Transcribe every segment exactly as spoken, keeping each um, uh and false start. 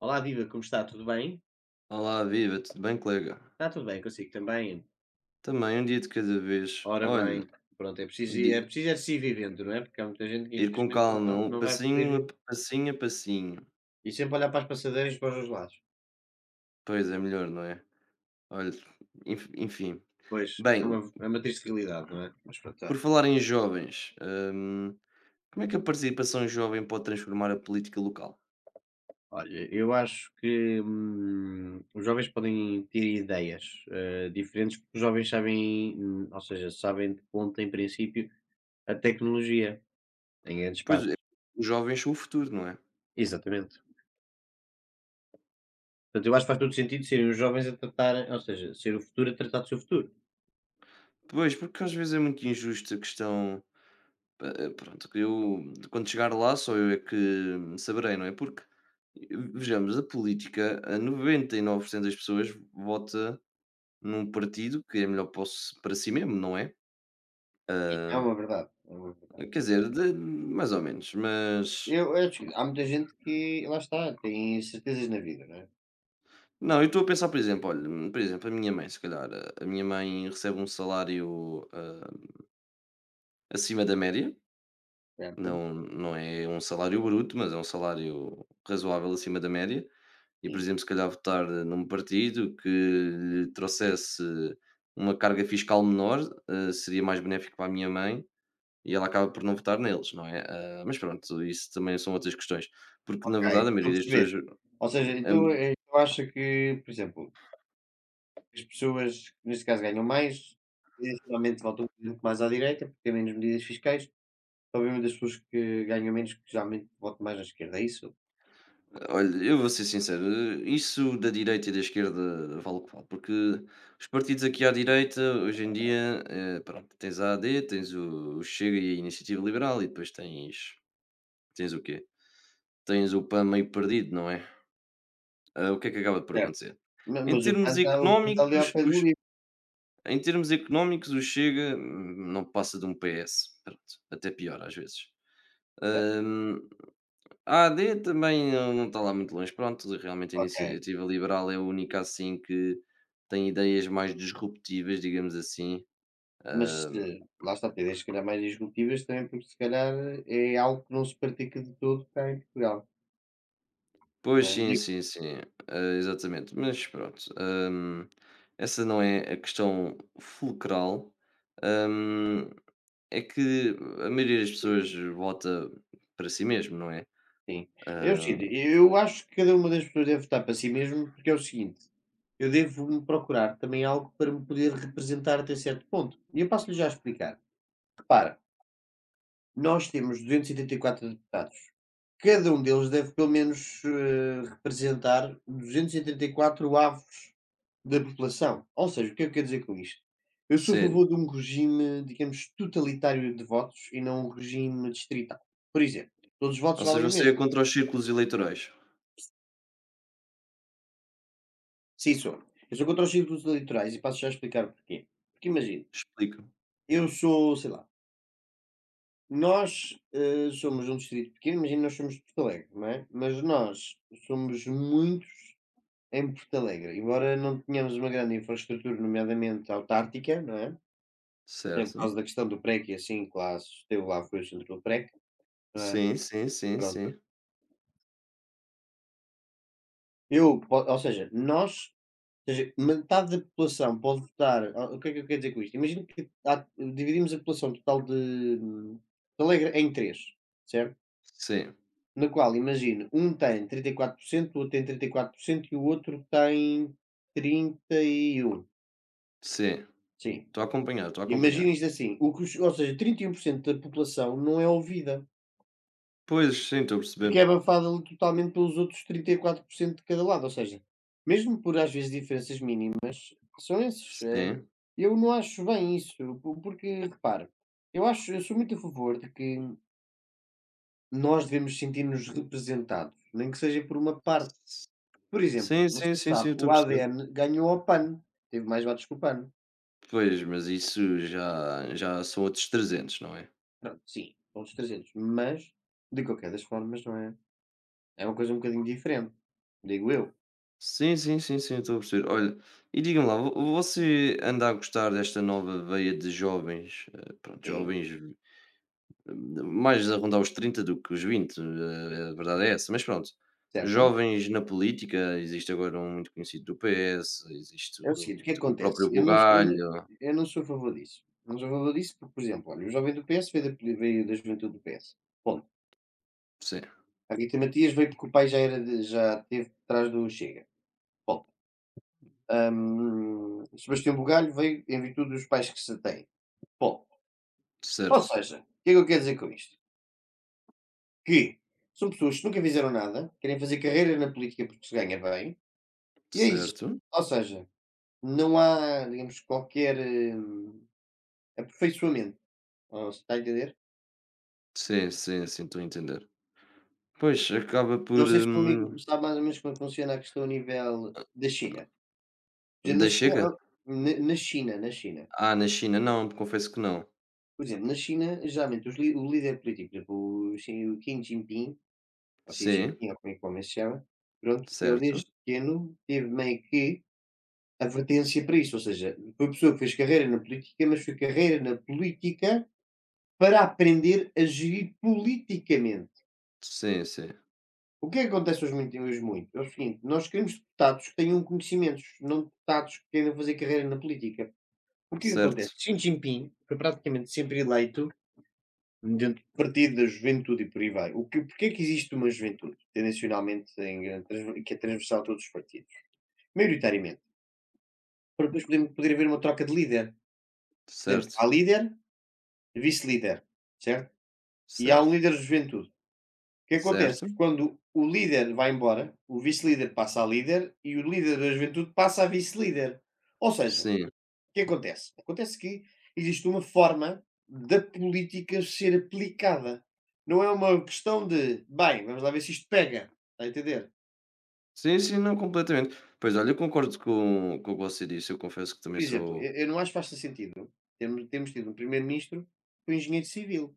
Olá, viva, como está? Tudo bem? Olá, viva, tudo bem, colega? Está tudo bem consigo também? Também um dia de cada vez. Ora Olha, bem, pronto, é preciso um é di- preciso é se ir vivendo, não é, porque há muita gente que ir com infelizmente não calma, tão um não vai poder passinho a vi passinho a passinho. e sempre olhar para as passadeiras para os dois lados. Pois é, melhor, não é? Olha, enf- enfim. Pois, Bem, é uma é uma triste realidade, não é? Mas pronto, por olha falar em jovens, hum, como é que a participação jovem pode transformar a política local? olha, eu acho que, hum, os jovens podem ter ideias, hã, diferentes, porque os jovens sabem, hum, ou seja, sabem de ponta em princípio, a tecnologia, em grandes Pois é, partes. os jovens são o futuro, não é? Exatamente. Portanto, eu acho que faz todo sentido serem os jovens a tratar, ou seja, ser o futuro a tratar do seu futuro. Pois, porque às vezes é muito injusto a questão. eh, eh, Pronto, que eu quando chegar lá só eu é que saberei, não é? Porque vejamos, a política, a noventa e nove por cento das pessoas vota num partido que é melhor para, o s- para si mesmo, não é? E é uma verdade, é uma verdade. Quer dizer, de- mais ou menos, mas Eu eu acho que há muita gente que, lá está, tem certezas na vida, não é? não, eu estou a pensar, por exemplo, olha, por exemplo, a minha mãe, se calhar, a a minha mãe recebe um salário, ah, acima da média, Certo? não, não é um salário bruto, mas é um salário razoável acima da média e, por Sim. exemplo, se calhar votar num partido que lhe trouxesse uma carga fiscal menor, eh, seria mais benéfico para a minha mãe e ela acaba por não votar neles, não é? Ah, mas pronto, isso também são outras questões, porque na Ok, verdade a estou a maioria das perceber. pessoas. Ou seja, então, hum, eh, tu acha que, por exemplo, as pessoas que neste caso ganham mais, eh, geralmente votam um bocadinho mais à direita, porque têm menos medidas fiscais, obviamente as pessoas que ganham menos, que geralmente votam mais à esquerda, é isso? Olha, eu vou ser sincero, eh, isso da direita e da esquerda vale o que vale, porque os partidos aqui à direita, hoje em dia, eh, pronto, tens a AD, tens o o Chega e a Iniciativa Liberal e depois tens. Tens o quê? Tens o PAN meio perdido, não é? Ah, o que é que acaba por Certo. acontecer? Ma Em mas o PAN termos o PAN está ali ao económicos, pé do os livro, em termos económicos, o Chega, hum, não passa de um P S, pronto, até pior às vezes. certo, Hum, a AD também não não está lá muito longe, pronto, realmente a ok. Iniciativa Liberal é a única assim que tem ideias mais disruptivas, digamos assim. Mas, eh, lá está, tem ideias se calhar mais disruptivas também, porque se calhar eh, é algo que não se pratica de todo cá em Portugal, não Pois é? sim, Digo sim, sim, ah, exatamente, mas pronto, hum, essa não é a questão fulcral. Hum, É que a maioria das pessoas vota para si mesmo, não é? sim. É o Ah, seguinte, eu acho que cada uma das pessoas deve votar para si mesmo, porque é o seguinte, eu devo-me procurar também algo para me poder representar até certo ponto. E eu passo-lhe já a explicar. Repara, nós temos duzentos e oitenta e quatro deputados. Cada um deles deve pelo menos eh, representar duzentos e oitenta e quatro avos da população. Ou seja, o que é que eu quero dizer com isto? Eu sou a sim. favor de um regime, digamos, totalitário de votos e não um regime distrital. Por exemplo, todos os votos Ou seja, valem o você é mesmo. contra os círculos eleitorais. Sim, sou. Eu sou contra os círculos eleitorais e passo já a explicar o porquê. Porque imagina, Explico. eu sou, sei lá, nós eh, somos um distrito pequeno, imagina, nós somos de Porto Alegre, não é? Mas nós somos muitos em Porto Alegre, embora não tenhamos uma grande infraestrutura, nomeadamente autártica, não é? É por Certo. causa da questão do PREC e assim que lá se esteve lá foi o centro do PREC, não é? Sim, sim, sim, Pronto. sim. Eu po ou seja, nós ou seja, metade da população pode votar. O o que é que eu quero dizer com isto? Imagina que há dividimos a população total de de Alegre em três, certo? Sim, Na qual imagino, um tem trinta e quatro por cento, o outro tem trinta e quatro por cento e o outro tem trinta e um, sim. sim. Estou a acompanhar, estou a acompanhar. Imagina isto assim, o que os ou seja, trinta e um por cento da população não é ouvida. Pois, sim, estou a Porque é perceber. abafada ali totalmente pelos outros trinta e quatro por cento de cada lado, ou seja, mesmo por às vezes diferenças mínimas, são esses, eh, Sim. eu não acho bem isso, po porque repara, eu acho eu sou muito a favor de que nós devemos sentir-nos representados, nem que seja por uma parte. Por exemplo, Sim, não sim, sei se sim, sim, sabe, estou a o perceber. A D N ganhou ao PAN, teve mais votos que o PAN. Pois, mas isso já já são outros trezentos, não é? Pronto, sim, outros trezentos, mas de qualquer das formas, não é, é uma coisa um bocadinho diferente, digo eu, Sim, sim, sim, sim, estou a perceber. Olha, e diga-me lá, vo- você anda a gostar desta nova veia de jovens, eh, pronto, sim, jovens, eh, mais a rondar os trinta do que os vinte, eh, a verdade é essa, mas pronto, certo? jovens na política, existe agora um muito conhecido do P S, existe É o seguinte, o que é que o, o acontece? próprio Eu não sou, eu não, Bugalho, eu não sou a favor disso. Não sou a favor disso porque, por exemplo, olha, o jovem do P S veio da, poli- veio da juventude do P S. Ponto. sim, A Rita Matias veio porque o pai já, era de- já teve atrás do Chega. Ponto. Ahm, Sebastião Bugalho veio em virtude dos pais que se tem ponto. Ou certo, seja, o que é que eu quero dizer com isto? Que são pessoas que nunca fizeram nada, querem fazer carreira na política porque se ganha bem, e é isso. certo, Ou seja, não há, digamos, qualquer hum, aperfeiçoamento. Ou se está a entender? sim, sim, sim, estou a entender. Pois, acaba por... Não sei se o meu amigo hum, sabe mais ou menos como é que funciona a questão a nível da China. Por exemplo, na Da China Chega? hã, na na China na China, Ah, na China, não, confesso que não. por exemplo, na China, geralmente os li o líder político, por exemplo, o Xi, o Kim Jinping, ou Xi Sim, Jinping, ou como é que o homem se chama, pronto, ele certo. desde pequeno teve meio que advertência para isso, ou seja, foi uma pessoa que fez carreira na política, mas foi carreira na política para aprender a gerir politicamente. Sim, sim. O que é que acontece hoje muito hoje muito? É o seguinte, nós queremos deputados que tenham conhecimentos, não deputados que queiram fazer carreira na política. Porque o que acontece? Certo, Xi Jinping foi praticamente sempre eleito dentro do partido da juventude e por aí vai. O que, porque é que existe uma juventude, tendencialmente, em grande transv- que é transversal a todos os partidos? Maioritariamente. Para depois poder, poder haver uma troca de líder. Por exemplo, há certo, líder, vice-líder, certo? E há um certo, líder de juventude. O que acontece? certo. Quando o líder vai embora, o vice-líder passa a líder e o líder da juventude passa a vice-líder. Ou seja, o Sim. que acontece? Acontece que existe uma forma da política ser aplicada. Não é uma questão de, bem, vamos lá ver se isto pega. Está a entender? Sim, sim, não, completamente. Pois olha, eu concordo com, com o que você disse, eu confesso que também Por exemplo, sou. eu, eu não acho que faça sentido. Temos, temos tido um primeiro-ministro que é um engenheiro civil.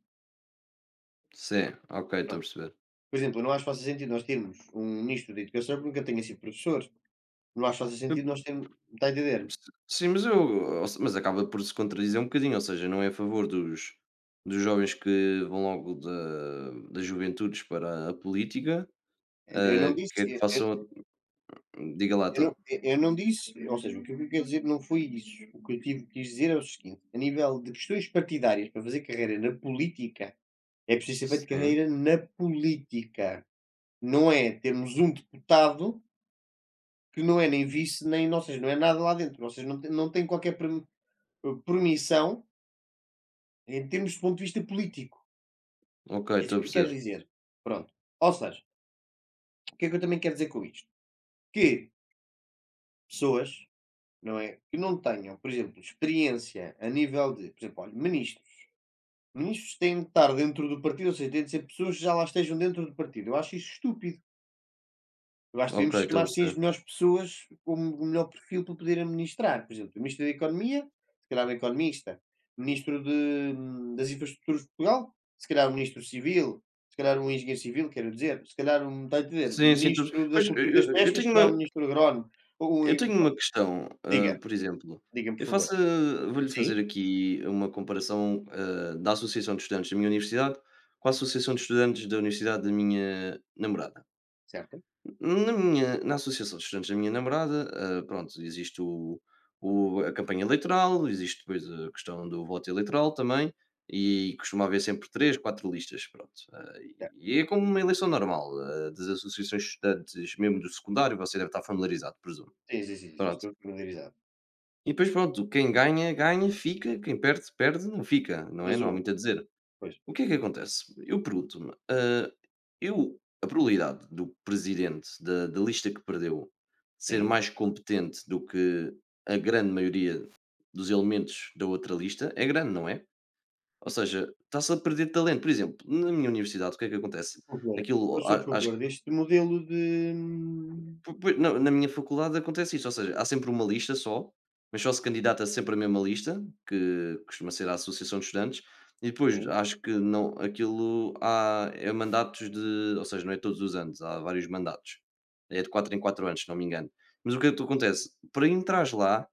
Sim, ok, estou a Pronto. perceber. Por exemplo, eu não acho que faça sentido nós termos um ministro da Educação que nunca tenha sido professor. Não acho que faça Eu- sentido nós termos. Está a entender? sim, mas eu. Ou se- Mas acaba por se contradizer um bocadinho, ou seja, não é a favor dos, dos jovens que vão logo da, das juventudes para a política, Eu não eh, quer disse que eu eu façam. Diga lá eu então. não eu não disse, ou seja, o que eu quero dizer não foi isso. O que eu tive quis dizer é o seguinte: a nível de questões partidárias, para fazer carreira na política, é preciso ser feito Sim, carreira na política. Não é termos um deputado que não é nem vice, nem ou seja, não é nada lá dentro. Ou seja, não tem não tem qualquer perm eh, permissão em termos de ponto de vista político. ok, É estou isso a que eu quero perceber. dizer. Pronto. Ou seja, o que é que eu também quero dizer com isto? Que pessoas, não é? Que não tenham, por exemplo, experiência a nível de, por exemplo, olha, ministros. Ministros têm de estar dentro do partido, ou seja, têm de ser pessoas que já lá estejam dentro do partido. Eu acho isso estúpido. Eu acho que Ok, devemos estou a chamar sim perceber. as melhores pessoas com o melhor perfil para poder administrar. Por exemplo, o Ministro da Economia, se calhar um economista. Ministro de, hum, das Infraestruturas de Portugal, se calhar um Ministro Civil. Se calhar um engenheiro civil, quero dizer. Se calhar um, está a entender, Sim, sim, tu... Ministro da pois eu, Cultura e das eu- eu Pescas, se tenho calhar uma. um Ministro agrónomo. Ou eu um- tenho uma questão, hã, diga, por exemplo, diga-me, eu por favor. faço, ah, vou-lhe Sim, fazer aqui uma comparação, hã, da associação de estudantes da minha universidade com a associação de estudantes da universidade da minha namorada. certo. Na minha na associação de estudantes da minha namorada, hã, pronto, existe o o a campanha eleitoral, existe depois a questão do voto eleitoral também, e costuma haver sempre três, quatro listas, pronto. Hã, Ya, E é como uma eleição normal, hã, das associações de estudantes, mesmo do secundário, você deve estar familiarizado, presumo. sim, sim, sim, sim, Pronto. estou familiarizado. E depois pronto, quem ganha, ganha, fica, quem perde, perde, não fica, não é? Mas Não há houve, muito a dizer. pois, O que é que acontece? Eu pergunto-me, ah, eu a probabilidade do presidente da, da lista que perdeu ser sim, mais competente do que a grande maioria dos elementos da outra lista é grande, não é? Ou seja, está-se a perder talento. Por exemplo, na minha universidade, o que é que acontece? por favor, eu Aquilo, sou a a- às favor deste modelo de Po pois, não, na minha faculdade acontece isso, ou seja, há sempre uma lista só, mas só se candidata sempre a mesma lista, que costuma ser a associação de estudantes, e depois sim, acho que não, aquilo há é mandatos de, ou seja, não é todos os anos, há vários mandatos. É de quatro em quatro anos, se não me engano. Mas o que é que acontece? Para entrares lá,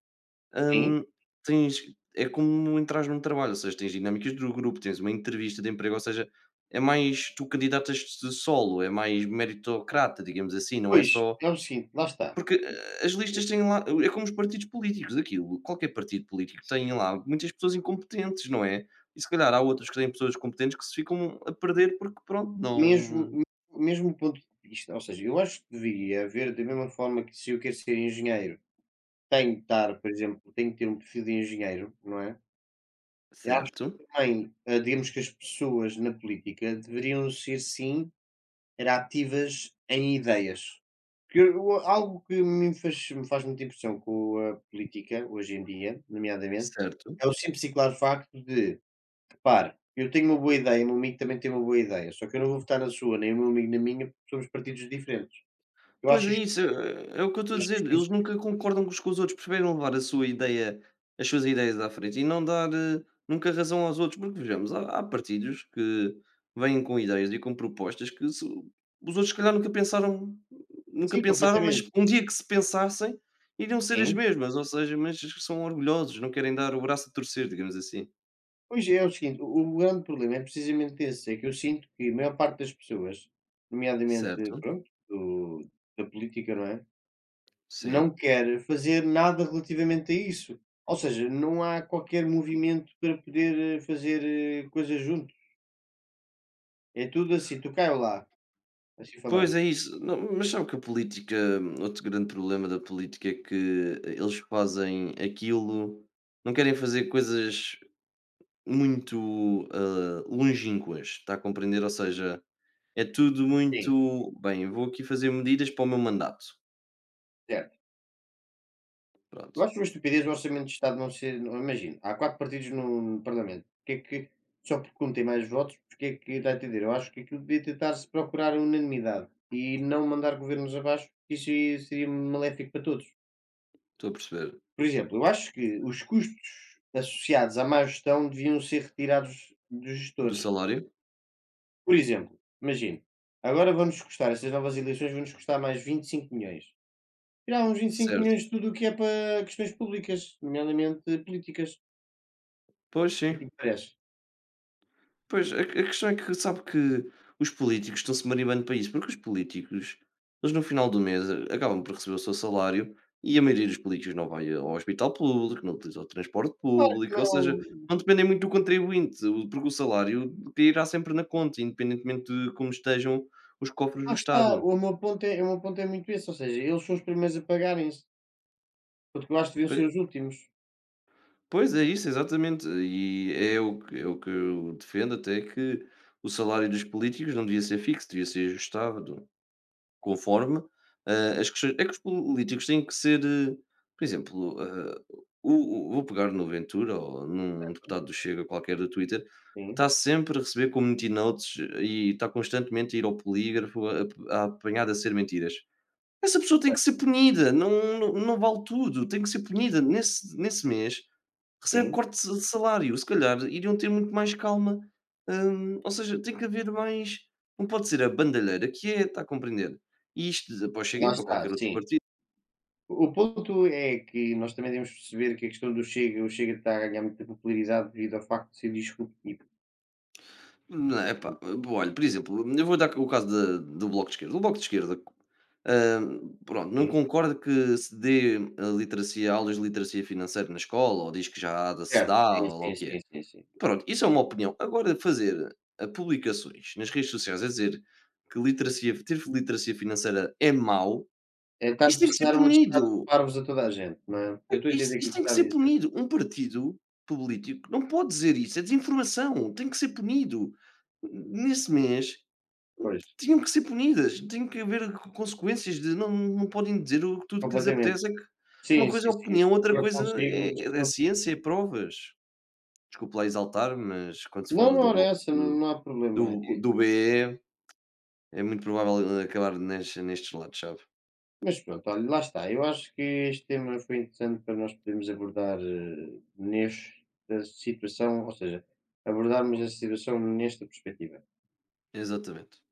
sim, hum, tens é como entrares num trabalho, ou seja, tens dinâmicas do grupo, tens uma entrevista de emprego, ou seja, é mais tu candidatas-te solo, é mais meritocrata, digamos assim, não é pois, só é o seguinte, lá está, porque a as é, listas têm lá é como os partidos políticos, aquilo qualquer partido político tem lá muitas pessoas incompetentes, não é? E se calhar há outros que têm pessoas competentes que se ficam a perder porque pronto, mesmo não. mesmo ponto de vista, ou seja, eu acho que deveria haver da mesma forma que se eu quero ser engenheiro, tenho que estar, por exemplo, tenho que ter um perfil de engenheiro, não é? Eu acho Certo, que também, ah, digamos que as pessoas na política deveriam ser sim era ativas em ideias. Que eu o- algo que me faz me faz muita impressão com a política, hoje em dia, nomeadamente, certo. é o simples e claro facto de: "Repare, eu tenho uma boa ideia, o meu amigo também tem uma boa ideia, só que eu não vou votar na sua, nem o meu amigo na minha, porque somos partidos diferentes". Eu Pois acho é isto isso, é é o que eu estou a acho dizer, eles isto nunca concordam uns com os outros, preferem levar a sua ideia as suas ideias à frente e não dar, eh, nunca razão aos outros, porque vejamos, há há partidos que vêm com ideias e com propostas que se os outros se calhar nunca pensaram nunca sim, pensaram, mas completamente. um dia que se pensassem, iriam ser as Sim. mesmas, ou seja, mas são orgulhosos, não querem dar o braço a torcer, digamos assim. Pois é, é o seguinte, o o grande problema é precisamente esse, é que eu sinto que a maior parte das pessoas, nomeadamente, Certo, pronto, do da política, não é? Não sim. quer fazer nada relativamente a isso. Ou seja, não há qualquer movimento para poder eh, fazer eh, coisas juntos. É tudo assim, tu cá ou lá, assim Pois falando. é isso. Não, mas sabe que a política, outro grande problema da política é que eles fazem aquilo, não querem fazer coisas muito, ah, longínquas, está a compreender? Ou seja, é tudo Sim, muito bem, vou aqui fazer medidas para o meu mandato. certo. Pronto, Eu acho uma estupidez o orçamento de Estado não ser. não- Imagina, há quatro partidos no, no Parlamento. Porque é que, só porque um tem mais votos, porque é que está a entender? Eu acho que aquilo devia tentar-se procurar a unanimidade e não mandar governos abaixo, porque isso seria maléfico para todos. estou a perceber. Por exemplo, eu acho que os custos associados à má gestão deviam ser retirados dos Do gestores. salário? Por exemplo, imagino, agora vão-nos custar, estas novas eleições vão-nos custar mais vinte e cinco milhões. Tirar uns vinte e cinco Certo. milhões de tudo o que é para questões públicas, nomeadamente políticas. Pois O sim. que é que me parece? Pois, a a questão é que sabe que os políticos estão-se marimbando para isso, porque os políticos, eles no final do mês, eh, acabam por receber o seu salário e a maioria dos políticos não vai ao hospital público, não utiliza o transporte Claro que público, ou não. seja, não dependem muito do contribuinte, o- porque o salário cairá sempre na conta, independentemente de como estejam os cofres Lá do está, Estado. o meu ponto é, o meu ponto é muito esse, ou seja, eles são os primeiros a pagarem-se, porque eu acho que deviam ser Pe- os últimos. Pois é isso, exatamente. E é o que, é o que eu defendo até que o salário dos políticos não devia ser fixo, devia ser ajustado. Conforme, ah, as questões é que os políticos têm que ser, eh, por exemplo, ah, o o vou pegar no Ventura ou num deputado do Chega qualquer do Twitter, Sim, está sempre a receber community notes e está constantemente a ir ao polígrafo, a a apanhado a ser mentiras. Essa pessoa tem que ser punida, não, não, não vale tudo, tem que ser punida nesse nesse mês, recebe sim, corte de salário, se calhar iriam ter muito mais calma. Hum, ou seja, tem que haver mais. Não pode ser a bandalheira que é, está a compreender? E isto depois cheguei lá para está, qualquer outro sim. partido. O ponto é que nós também devemos perceber que a questão do Chega, o Chega está a ganhar muita popularidade devido ao facto de ser disruptivo. Não, é? Epá, Pronto, bom, olha, por exemplo, eu vou dar o caso da- do Bloco de Esquerda. O Bloco de Esquerda, hum, pronto, não sim. concorda que se dê a literacia, aulas de literacia financeira na escola, ou diz que já há de se Certo, dá, sim, ou lá o sim, que é. sim, sim, sim. Pronto, isso é uma opinião. Agora, fazer, ah, publicações nas redes sociais a dizer que literacia, ter literacia financeira é mau, É estar a isso tem que ser pressionar uma atestado de punido. parvos a toda a gente, não é? Eu É, estou a Isso, entender isso aquilo que tem que está a ser dizer. punido. Um partido político não pode dizer isso, é desinformação, tem que ser punido. Nesse mês Pois, tinham que ser punidas, tem que haver co- consequências de não, não podem dizer, o- tudo que lhes completamente. apetece. É que uma Sim, coisa sim, é sim, isso opinião, outra concordo coisa consigo. é, Se é Não, ciência, é provas. Desculpe lá exaltar, mas quando se não, fala do não, era bloco essa, não, não há problema. do E- do B E, é muito provável acabar nes nestes lados, sabe. mas pronto, olha, lá está. Eu acho que este tema foi interessante para nós podermos abordar eh, nesta situação, ou seja, abordarmos esta situação nesta perspectiva. Exatamente.